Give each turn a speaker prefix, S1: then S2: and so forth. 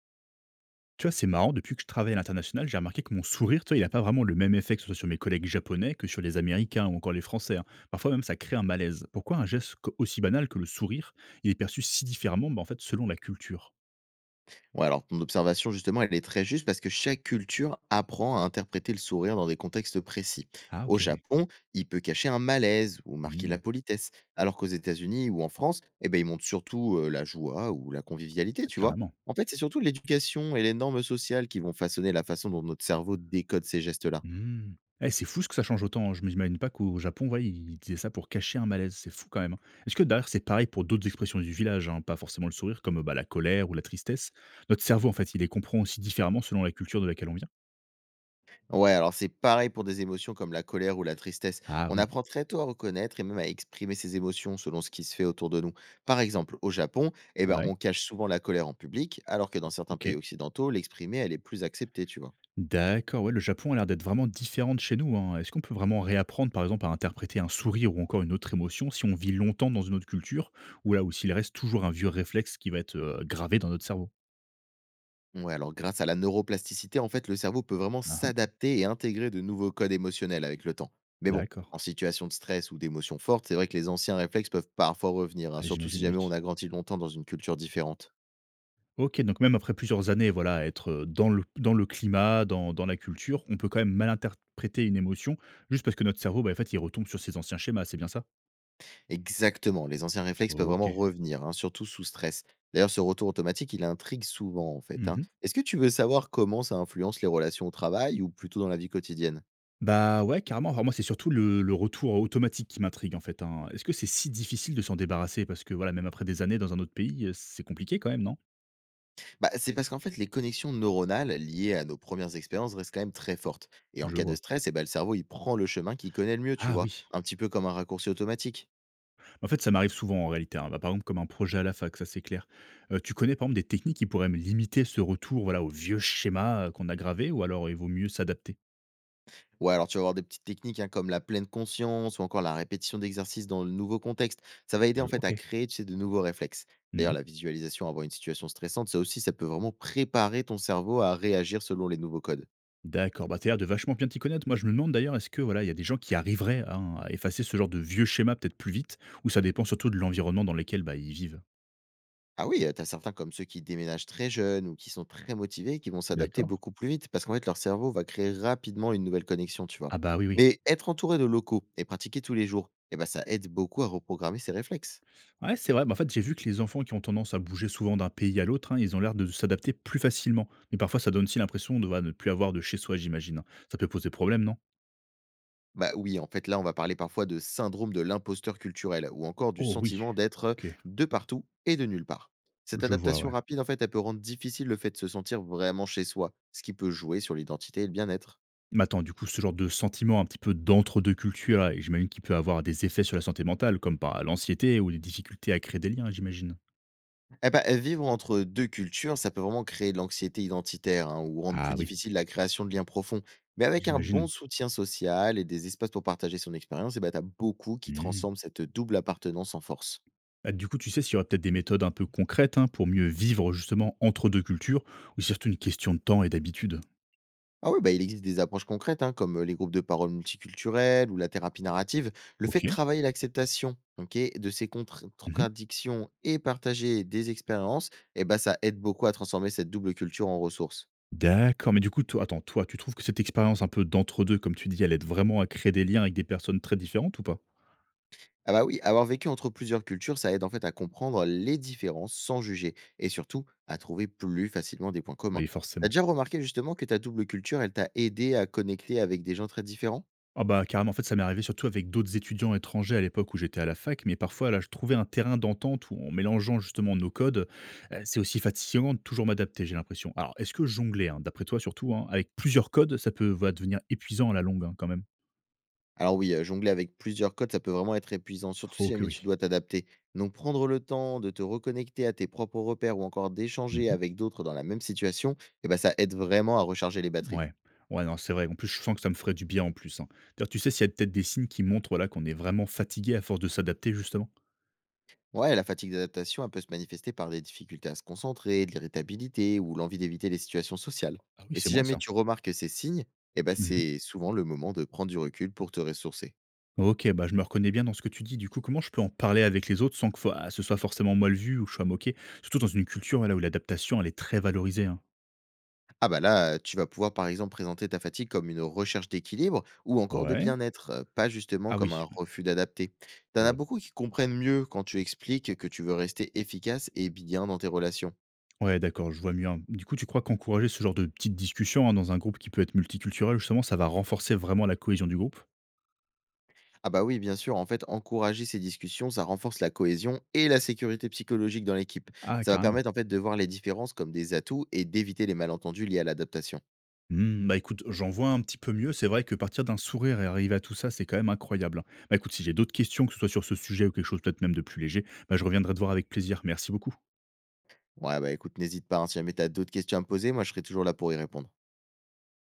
S1: Tu vois, c'est marrant, depuis que je travaille à l'international, j'ai remarqué que mon sourire, tu vois, il n'a pas vraiment le même effet que ce soit sur mes collègues japonais que sur les Américains ou encore les Français, hein. Parfois même, ça crée un malaise. Pourquoi un aussi banal que le sourire, il est perçu si différemment, bah, en fait, selon la culture?
S2: Ouais, alors ton observation, justement, elle est très juste parce que chaque culture apprend à interpréter le sourire dans des contextes précis.
S1: Ah,
S2: Au
S1: ok.
S2: Japon, il peut cacher un malaise ou marquer
S1: Hmm,
S2: la politesse, alors qu'aux États-Unis ou en France, eh ben, il montre surtout la joie ou la convivialité, tu vois.
S1: carrément.
S2: En fait, c'est surtout l'éducation et les normes sociales qui vont façonner la façon dont notre cerveau décode ces gestes-là.
S1: Hmm. Eh, c'est fou ce que ça change autant, hein. Je m'imagine pas qu'au Japon, ouais, ils disaient ça pour cacher un malaise. C'est fou quand même, hein. Est-ce que d'ailleurs, c'est pareil pour d'autres expressions du village, hein, pas forcément le sourire, comme bah, la colère ou la tristesse? Notre cerveau, en fait, il les comprend aussi différemment selon la culture de laquelle on vient.
S2: Ouais, alors c'est pareil pour des émotions comme la colère ou la tristesse.
S1: Ah,
S2: On
S1: oui.
S2: apprend très tôt à reconnaître et même à exprimer ses émotions selon ce qui se fait autour de nous. Par exemple, au Japon, eh ben,
S1: Ouais.
S2: on cache souvent la colère en public, alors que dans certains pays
S1: OK.
S2: occidentaux, l'exprimer, elle est plus acceptée, tu vois.
S1: D'accord, ouais, le Japon a l'air d'être vraiment différent de chez nous, hein. Est-ce qu'on peut vraiment réapprendre, par exemple, à interpréter un sourire ou encore une autre émotion si on vit longtemps dans une autre culture ou là, où s'il reste toujours un vieux réflexe qui va être, gravé dans notre cerveau?
S2: Ouais, alors grâce à la neuroplasticité, en fait, le cerveau peut vraiment
S1: Ah, hein.
S2: s'adapter et intégrer de nouveaux codes émotionnels avec le temps. Mais bon,
S1: D'accord.
S2: en situation de stress ou d'émotion forte, c'est vrai que les anciens réflexes peuvent parfois revenir, hein,
S1: Ah,
S2: surtout si
S1: j'imagine, oui.
S2: jamais on a grandi longtemps dans une culture différente.
S1: OK, donc même après plusieurs années, voilà, à être, dans le climat, dans la culture, on peut quand même mal interpréter une émotion juste parce que notre cerveau, bah, en fait, il retombe sur ses anciens schémas, c'est bien ça?
S2: Exactement, les anciens réflexes peuvent vraiment
S1: OK.
S2: revenir, hein, surtout sous stress. D'ailleurs, ce retour automatique, il intrigue souvent, en fait, hein.
S1: Mmh.
S2: Est-ce que tu veux savoir comment ça influence les relations au travail ou plutôt dans la vie quotidienne?
S1: Bah, ouais, carrément. Enfin, moi, c'est surtout le retour automatique qui m'intrigue, en fait, hein. Est-ce que c'est si difficile de s'en débarrasser? Parce que, voilà, même après des années dans un autre pays, c'est compliqué quand même, non?
S2: Bah, c'est parce qu'en fait, les connexions neuronales liées à nos premières expériences restent quand même très fortes. Et en
S1: Je
S2: cas de
S1: vois.
S2: stress, eh ben, le cerveau, il prend le chemin qu'il connaît le mieux, tu
S1: Ah
S2: vois,
S1: oui.
S2: un petit peu comme un raccourci automatique.
S1: En fait, ça m'arrive souvent en réalité, hein. Bah, par exemple, comme un projet à la fac, ça c'est clair. Tu connais, par exemple, des techniques qui pourraient me limiter ce retour, voilà, au vieux schéma, qu'on a gravé, ou alors il vaut mieux s'adapter?
S2: Ouais, alors tu vas avoir des petites techniques, hein, comme la pleine conscience ou encore la répétition d'exercices dans le nouveau contexte. Ça va aider
S1: Je
S2: en fait à
S1: OK.
S2: créer, tu sais, de nouveaux réflexes. D'ailleurs,
S1: Mmh.
S2: la visualisation avant une situation stressante, ça aussi, ça peut vraiment préparer ton cerveau à réagir selon les nouveaux codes.
S1: D'accord, bah, tu as l'air de vachement bien t'y connaître. Moi, je me demande d'ailleurs, est-ce que, voilà, il y a des gens qui arriveraient, hein, à effacer ce genre de vieux schéma peut-être plus vite ou ça dépend surtout de l'environnement dans lequel, bah, ils vivent?
S2: Ah oui, t'as certains comme ceux qui déménagent très jeunes ou qui sont très motivés, qui vont s'adapter
S1: D'accord.
S2: beaucoup plus vite parce qu'en fait, leur cerveau va créer rapidement une nouvelle connexion, tu vois.
S1: Ah bah, oui, oui.
S2: Mais être entouré de locaux et pratiquer tous les jours, eh ben, ça aide beaucoup à reprogrammer ses réflexes.
S1: Ouais, c'est vrai, mais en fait, j'ai vu que les enfants qui ont tendance à bouger souvent d'un pays à l'autre, hein, ils ont l'air de s'adapter plus facilement. Mais parfois, ça donne aussi l'impression de, voilà, ne plus avoir de chez soi, j'imagine, hein. Ça peut poser problème, non?
S2: Bah oui, en fait, là, on va parler parfois de syndrome de l'imposteur culturel ou encore du
S1: Oh oui,
S2: sentiment d'être
S1: ok.
S2: de partout et de nulle part. Cette
S1: Je vois,
S2: adaptation
S1: ouais.
S2: rapide, en fait, elle peut rendre difficile le fait de se sentir vraiment chez soi, ce qui peut jouer sur l'identité et le bien-être.
S1: Mais attends, du coup, ce genre de sentiment un petit peu d'entre-deux cultures, là, j'imagine qu'il peut avoir des effets sur la santé mentale, comme par l'anxiété ou des difficultés à créer des liens, j'imagine.
S2: Eh ben vivre entre deux cultures, ça peut vraiment créer de l'anxiété identitaire, hein, ou rendre
S1: Ah
S2: plus
S1: oui,
S2: difficile la création de liens profonds. Mais avec un bon
S1: j'imagine.
S2: soutien social et des espaces pour partager son expérience, eh bah, t'as beaucoup qui
S1: Hmm.
S2: transforment cette double appartenance en force.
S1: Bah, du coup, tu sais s'il y aurait peut-être des méthodes un peu concrètes hein, pour mieux vivre justement entre deux cultures, ou c'est surtout une question de temps et d'habitude?
S2: Ah oui, bah, il existe des approches concrètes, hein, comme les groupes de parole multiculturels ou la thérapie narrative. Le fait de
S1: OK.
S2: travailler l'acceptation, ok, de ces
S1: Mmh.
S2: contradictions et partager des expériences, eh ben, ça aide beaucoup à transformer cette double culture en ressources.
S1: D'accord, mais du coup, toi attends, toi, tu trouves que cette expérience un peu d'entre-deux, comme tu dis, elle aide vraiment à créer des liens avec des personnes très différentes ou pas?
S2: Ah bah oui, avoir vécu entre plusieurs cultures, ça aide en fait à comprendre les différences sans juger et surtout à trouver plus facilement des points communs.
S1: Oui,
S2: T'as
S1: forcément.
S2: déjà remarqué justement que ta double culture, elle t'a aidé à connecter avec des gens très différents?
S1: Ah bah, carrément, en fait, ça m'est arrivé surtout avec d'autres étudiants étrangers à l'époque où j'étais à la fac, mais parfois, là, je trouvais un terrain d'entente où en mélangeant justement nos codes, c'est aussi fatigant de toujours m'adapter, j'ai l'impression. Alors, est-ce que jongler, hein, d'après toi surtout, hein, avec plusieurs codes, ça peut, voilà, devenir épuisant à la longue, hein, quand même?
S2: Alors oui, jongler avec plusieurs codes, ça peut vraiment être épuisant, surtout
S1: Oh
S2: si
S1: que
S2: jamais tu
S1: oui.
S2: dois t'adapter. Donc prendre le temps de te reconnecter à tes propres repères ou encore d'échanger
S1: Mmh.
S2: avec d'autres dans la même situation, eh ben ça aide vraiment à recharger les batteries.
S1: Ouais. Ouais, non, c'est vrai. En plus, je sens que ça me ferait du bien en plus, hein. D'ailleurs, tu sais s'il y a peut-être des signes qui montrent, voilà, qu'on est vraiment fatigué à force de s'adapter justement?
S2: Ouais, la fatigue d'adaptation, elle peut se manifester par des difficultés à se concentrer, de l'irritabilité ou l'envie d'éviter les situations sociales.
S1: Ah oui,
S2: Et
S1: c'est
S2: si
S1: moi
S2: jamais
S1: ça.
S2: tu remarques ces signes, eh ben
S1: Mmh.
S2: c'est souvent le moment de prendre du recul pour te ressourcer.
S1: OK, bah, je me reconnais bien dans ce que tu dis. Du coup, comment je peux en parler avec les autres sans que fa ce soit forcément mal vu ou que je sois moqué? Surtout dans une culture, là où l'adaptation, elle est très valorisée, hein.
S2: Ah bah là, tu vas pouvoir par exemple présenter ta fatigue comme une recherche d'équilibre ou encore de
S1: Ouais.
S2: bien-être, pas justement
S1: Ah
S2: comme
S1: oui,
S2: un
S1: oui,
S2: refus d'adapter. T'en
S1: je
S2: as
S1: vois.
S2: beaucoup qui comprennent mieux quand tu expliques que tu veux rester efficace et bien dans tes relations.
S1: Ouais, d'accord, je vois mieux, hein. Du coup, tu crois qu'encourager ce genre de petites discussions, hein, dans un groupe qui peut être multiculturel, justement, ça va renforcer vraiment la cohésion du groupe?
S2: Ah bah oui, bien sûr, en fait, encourager ces discussions, ça renforce la cohésion et la sécurité psychologique dans l'équipe.
S1: Ah,
S2: Ça va
S1: carrément.
S2: permettre en fait de voir les différences comme des atouts et d'éviter les malentendus liés à l'adaptation.
S1: Mmh, bah, écoute, j'en vois un petit peu mieux. C'est vrai que partir d'un sourire et arriver à tout ça, c'est quand même incroyable, hein. Bah, écoute, si j'ai d'autres questions, que ce soit sur ce sujet ou quelque chose peut-être même de plus léger, bah, je reviendrai te voir avec plaisir. Merci beaucoup.
S2: Ouais, bah écoute, n'hésite pas, hein, si jamais t'as d'autres questions à me poser, moi je serai toujours là pour y répondre.